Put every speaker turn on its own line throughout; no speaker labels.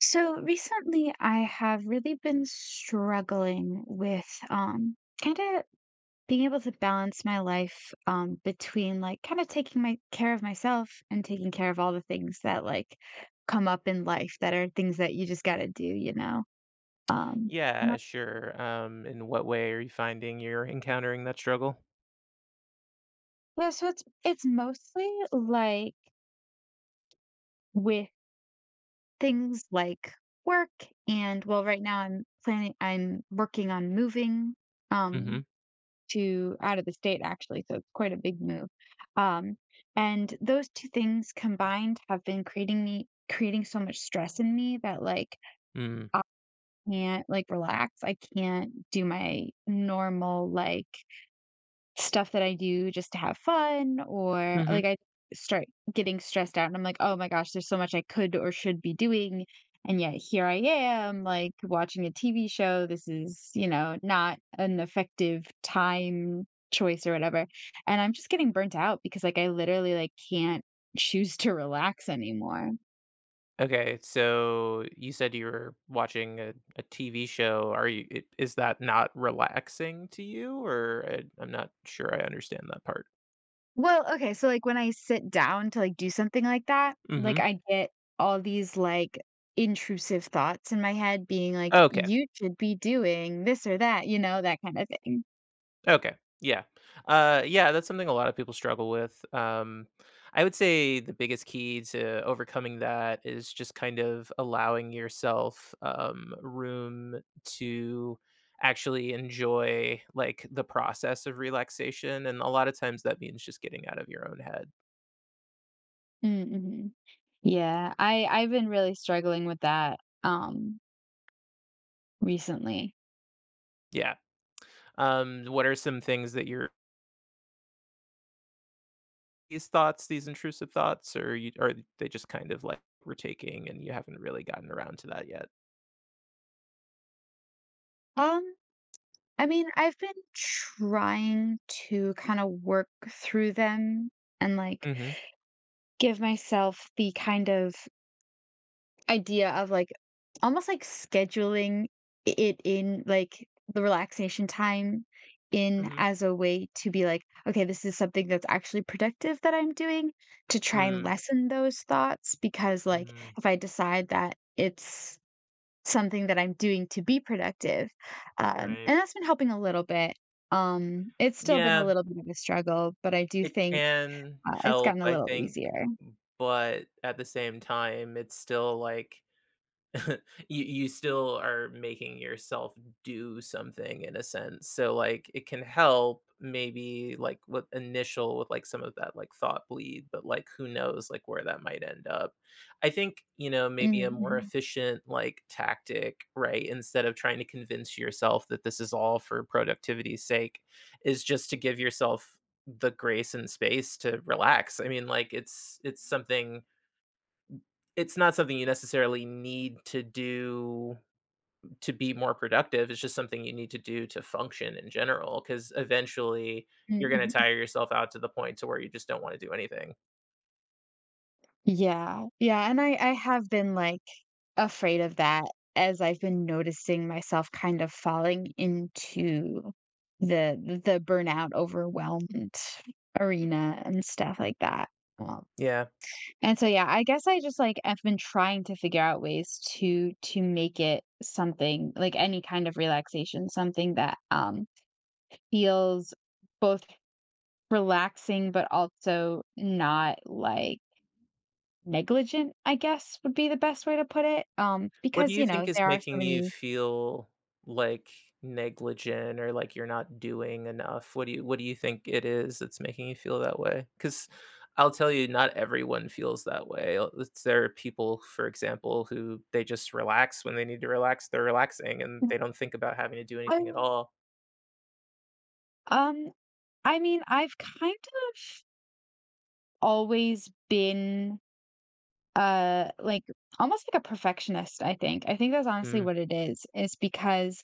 So recently, I have really been struggling with kind of being able to balance my life between like kind of taking my care of myself and taking care of all the things that like come up in life that are things that you just got to do, you know. Um, and
Yeah,
I-
sure. In what way are you finding you're encountering that struggle?
yeah, so it's mostly like with things like work and well, right now I'm working on moving.
Mm-hmm.
Um, to out of the state actually, so it's quite a big move. Um, and those 2 things combined have been creating so much stress in me that, like,
Mm.
I can't, like, relax. I can't do my normal, like stuff that I do just to have fun.
hmm
Or
mm hmm
like I start getting stressed out and I'm like, "Oh my gosh, there's so much I could or should be doing." And yet here I am like watching a TV show. This is, not an effective time choice or whatever. And I'm just getting burnt out because like I literally like can't choose to relax anymore.
Okay, so you said you were watching a TV show. Are you? Is that not relaxing to you, or I'm not sure I understand that part?
Well, okay, so, like, when I sit down to, like, do something like that,
Mm-hmm.
like, I get all these, like, intrusive thoughts in my head being like,
Okay.
"You should be doing this or that," you know, that kinda thing.
Okay. Yeah. Yeah, that's something a lot of people struggle with. I would say the biggest key to overcoming that is just kind of allowing yourself room to actually enjoy like the process of relaxation, and a lot of times that means just getting out of your own head.
Mm, mhm. Yeah, I've been really struggling with that, recently.
Yeah. What are some things that your these thoughts, these intrusive thoughts, or you, are they just kind of like were taking, and you haven't really gotten around to that yet?
Um, I mean, I've been trying to kinda work through them and, like,
Mm-hmm.
give myself the kind of idea of, like, almost, like, scheduling I it in, like, the relaxation time in
Mm-hmm.
as a way to be like, "Okay, this is something that's actually productive that I'm doing," to try and lessen those thoughts because, like,
Mm-hmm.
if I decide that it's something that I'm doing to be productive,
Right.
and that's been helping a little bit. It's still been a
Yeah,
little bit of a struggle, but I do
it
think,
can
it's
help,
gotten a
I
little
think,
easier.
but at the same time, it's still like you still are making yourself do something in a sense. So like it can help maybe like with initial with like some of that like thought bleed, but like who knows like where that might end up. I think, you know, maybe
Mhm,
a more
mhm,
efficient like tactic, right? Instead of trying to convince yourself that this is all for productivity's sake, is just to give yourself the grace and space to relax. I mean, like it's something it's not something you necessarily need to do to be more productive. It's just something you need to do to function in general. Because eventually you're
mm,
gonna
mhm.
tire yourself out to the point to where you just don't wanna do anything.
Yeah. Yeah, and I have been, like, afraid of that as I've been noticing myself kind of falling into the burnout, overwhelmed arena and stuff like that. Um,
Yeah.
and so, yeah, I guess I just, like, I've been trying to figure out ways to make it something like any kind of relaxation, something that, feels both relaxing, but also not, like, negligent, I guess, would be the best way to put it,
What do
because,
you
you
think
know,
is
there are so
making you
many.
feel, like, negligent or like you're not doing enough? What do you think it is that's making you feel that way? Because 'cause I'll tell you, not everyone feels that way. It's there are people, for example, who they just relax when they need to relax, they're relaxing, and they don't think about having to do anything at all.
Um, I mean, I've kind of always been, like, almost like a perfectionist, I think. I think that's honestly
Mm.
what it is because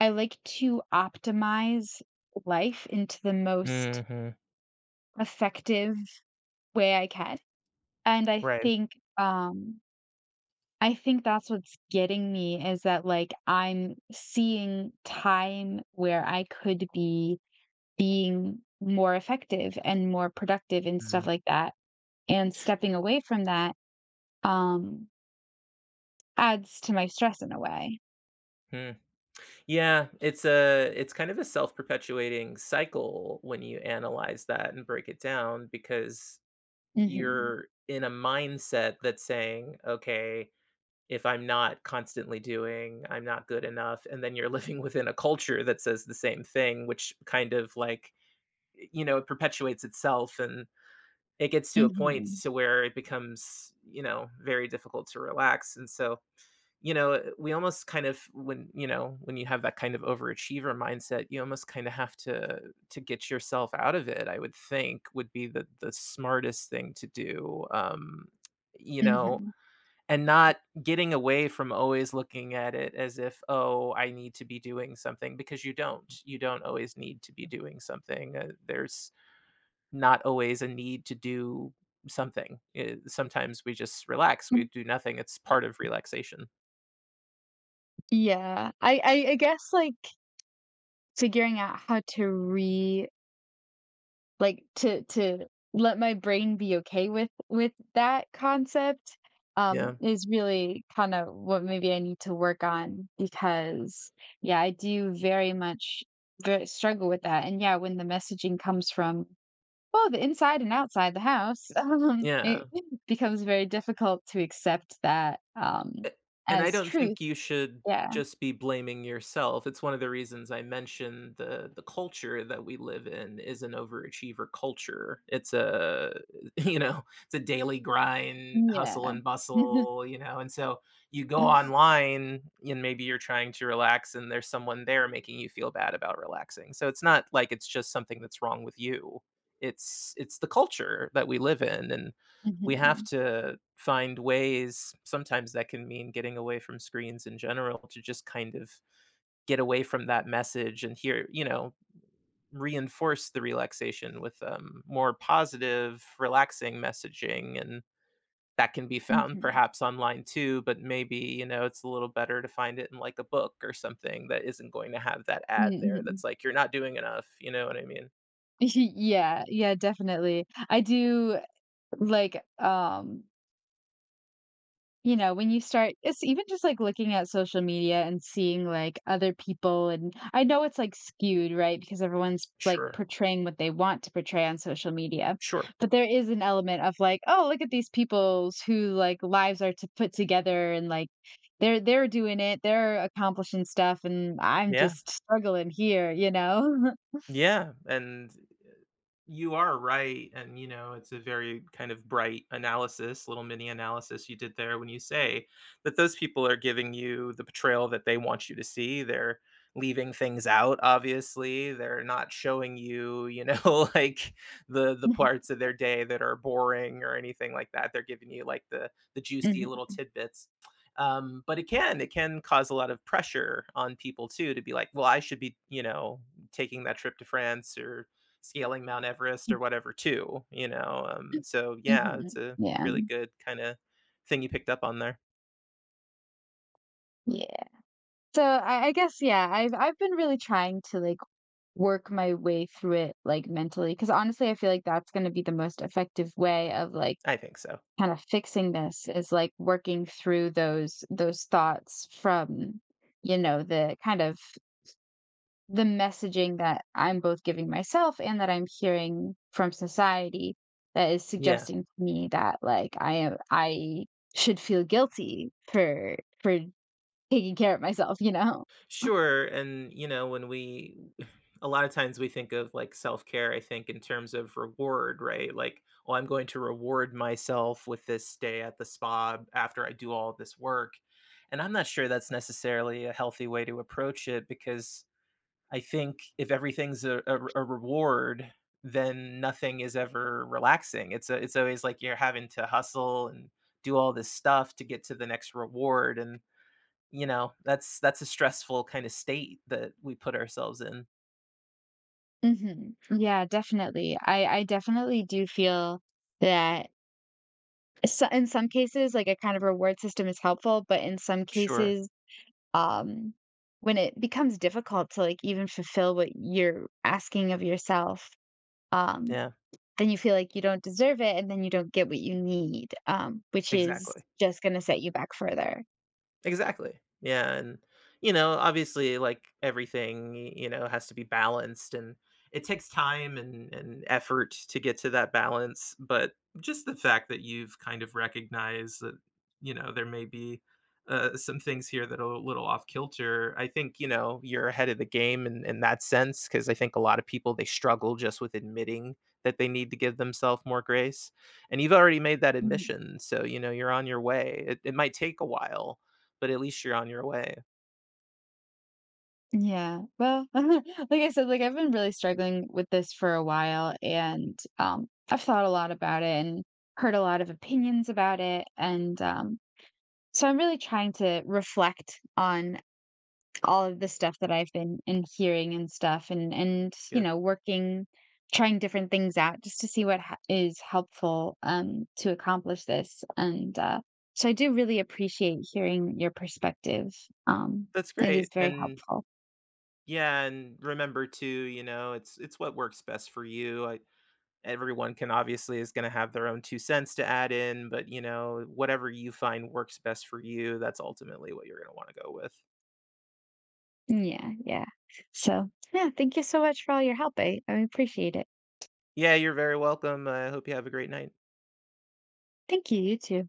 I like to optimize life into the most
Mhm.
effective way I can, and
Right.
um I think that's what's getting me is that, like, I'm seeing time where I could be being more effective and more productive and stuff
Mhm.
like that, and stepping away from that, um, adds to my stress in a way.
Yeah, it's a it's kind of a self-perpetuating cycle when you analyze that and break it down because
Mhm.
you're in a mindset that's saying, okay, if I'm not constantly doing, I'm not good enough, and then you're living within a culture that says the same thing, which kind of like you know, it perpetuates itself and it gets to a point
Mhm.
to where it becomes, you know, very difficult to relax. And so you know, eh, we almost kind of when, you know, when you have that kind of overachiever mindset, you almost kind of have to get yourself out of it, I would think would be the smartest thing to do. You know,
Mhm.
and not getting away from always looking at it as if, oh, I need to be doing something because you don't. You don't always need to be doing something. There's not always a need to do something. Sometimes we just relax. We
Mm.
do nothing. It's part of relaxation.
Yeah. I guess, like, figuring out how to re like to let my brain be okay with that concept
Yeah.
is really kind of what maybe I need to work on because yeah, I do very much struggle with that. And yeah, when the messaging comes from well, the inside and outside the house,
Yeah.
it becomes very difficult to accept that
A and I
as
don't
truth.
think you should
Yeah.
just be blaming yourself. It's one of the reasons I mentioned the culture that we live in is an overachiever culture. It's a you know, it's a daily grind, hustle
Yeah.
and bustle, you know, and so you go online and maybe you're trying to relax and there's someone there making you feel bad about relaxing. So it's not like it's just something that's wrong with you. It's the culture that we live in and we have
Mhm.
to find ways sometimes that can mean getting away from screens in general to just kind of get away from that message and hear you know reinforce the relaxation with more positive relaxing messaging and that can be found
Mhm.
perhaps online too but maybe you know it's a little better to find it in like a book or something that isn't going to have that ad there
Mhm.
that's like you're not doing enough you know what I mean.
Yeah, yeah, definitely. I do like you know, when you start it's even just like looking at social media and seeing like other people, and I know it's like skewed, right? Because everyone's like
Sure.
portraying what they want to portray on social media.
Sure.
But there is an element of like, oh, look at these people's who like lives are to put together, and like they're doing it, they're accomplishing stuff and I'm
Yeah,
just struggling here, you know?
yeah, and you are right, and, you know, it's a very kind of bright analysis, little mini analysis you did there when you say that those people are giving you the portrayal that they want you to see. They're leaving things out, obviously. They're not showing you, you know, like, the parts of their day that are boring or anything like that. They're giving you, like, the juicy
Mhm,
little tidbits. But it can cause a lot of pressure on people too to be like, "Well, I should be, you know, taking that trip to France or scaling Mount Everest or whatever too, you know?" So yeah, it's
mhm.
a
Yeah.
really good kind of thing you picked up on there.
Yeah. So I guess yeah, I've been really trying to like work my way through it like mentally because honestly, I feel like that's going to be the most effective way of like
I think so.
kind of fixing this is like working through those thoughts from you know the kind of the messaging that I'm both giving myself and that I'm hearing from society that is
Yeah,
suggesting to me that like I should feel guilty for for taking care of myself, you know?
sure. And, you know, when we, a lot of times we think of like self care, I think, in terms of reward, right? Like, oh, I'm going to reward myself with this day at the spa after I do all this work. And I'm not sure that's necessarily a healthy way to approach it because I think if everything's a reward, then nothing is ever relaxing. It's a, it's always like you're having to hustle and do all this stuff to get to the next reward, and you know that's a stressful kind of state that we put ourselves in.
Mhm. Yeah, definitely. I definitely do feel that. So in some cases, like, a kind of reward system is helpful, but in some
Sure.
cases, um, when it becomes difficult to, like, even fulfill what you're asking of yourself, um
Yeah.
then you feel like you don't deserve it and then you don't get what you need, which is
Exactly.
just gonna set you back further.
Exactly. Yeah, and, you know, obviously, like, everything, y you know, has to be balanced, and it takes time and effort to get to that balance, but just the fact that you've kind of recognized that, you know, there may be, some things here that are a little off kilter, I think, you know, you're ahead of the game in that sense, because I think a lot of people, they struggle just with admitting that they need to give themselves more grace, and you've already made that
Mm.
admission, so, you know, you're on your way. It might take a while, but at least you're on your way. It's
Yeah. Well, like I said, like I've been really struggling with this for a while and I've thought a lot about it and heard a lot of opinions about it and so I'm really trying to reflect on all of the stuff that I've been and hearing and stuff and, you
good.
know, working, trying different things out just to see what ha is helpful, to accomplish this, and, so I do really appreciate hearing your perspective, um,
That's
it is
great.
very
And
helpful.
yeah, and remember too, you know, it's what works best for you. I, everyone can obviously is going to have their own two cents to add in, but you know, whatever you find works best for you, that's ultimately what you're going to want to go with.
Yeah, yeah. So, yeah, thank you so much for all your help, I appreciate it.
Yeah, you're very welcome. I hope you have a great night.
Thank you, you too.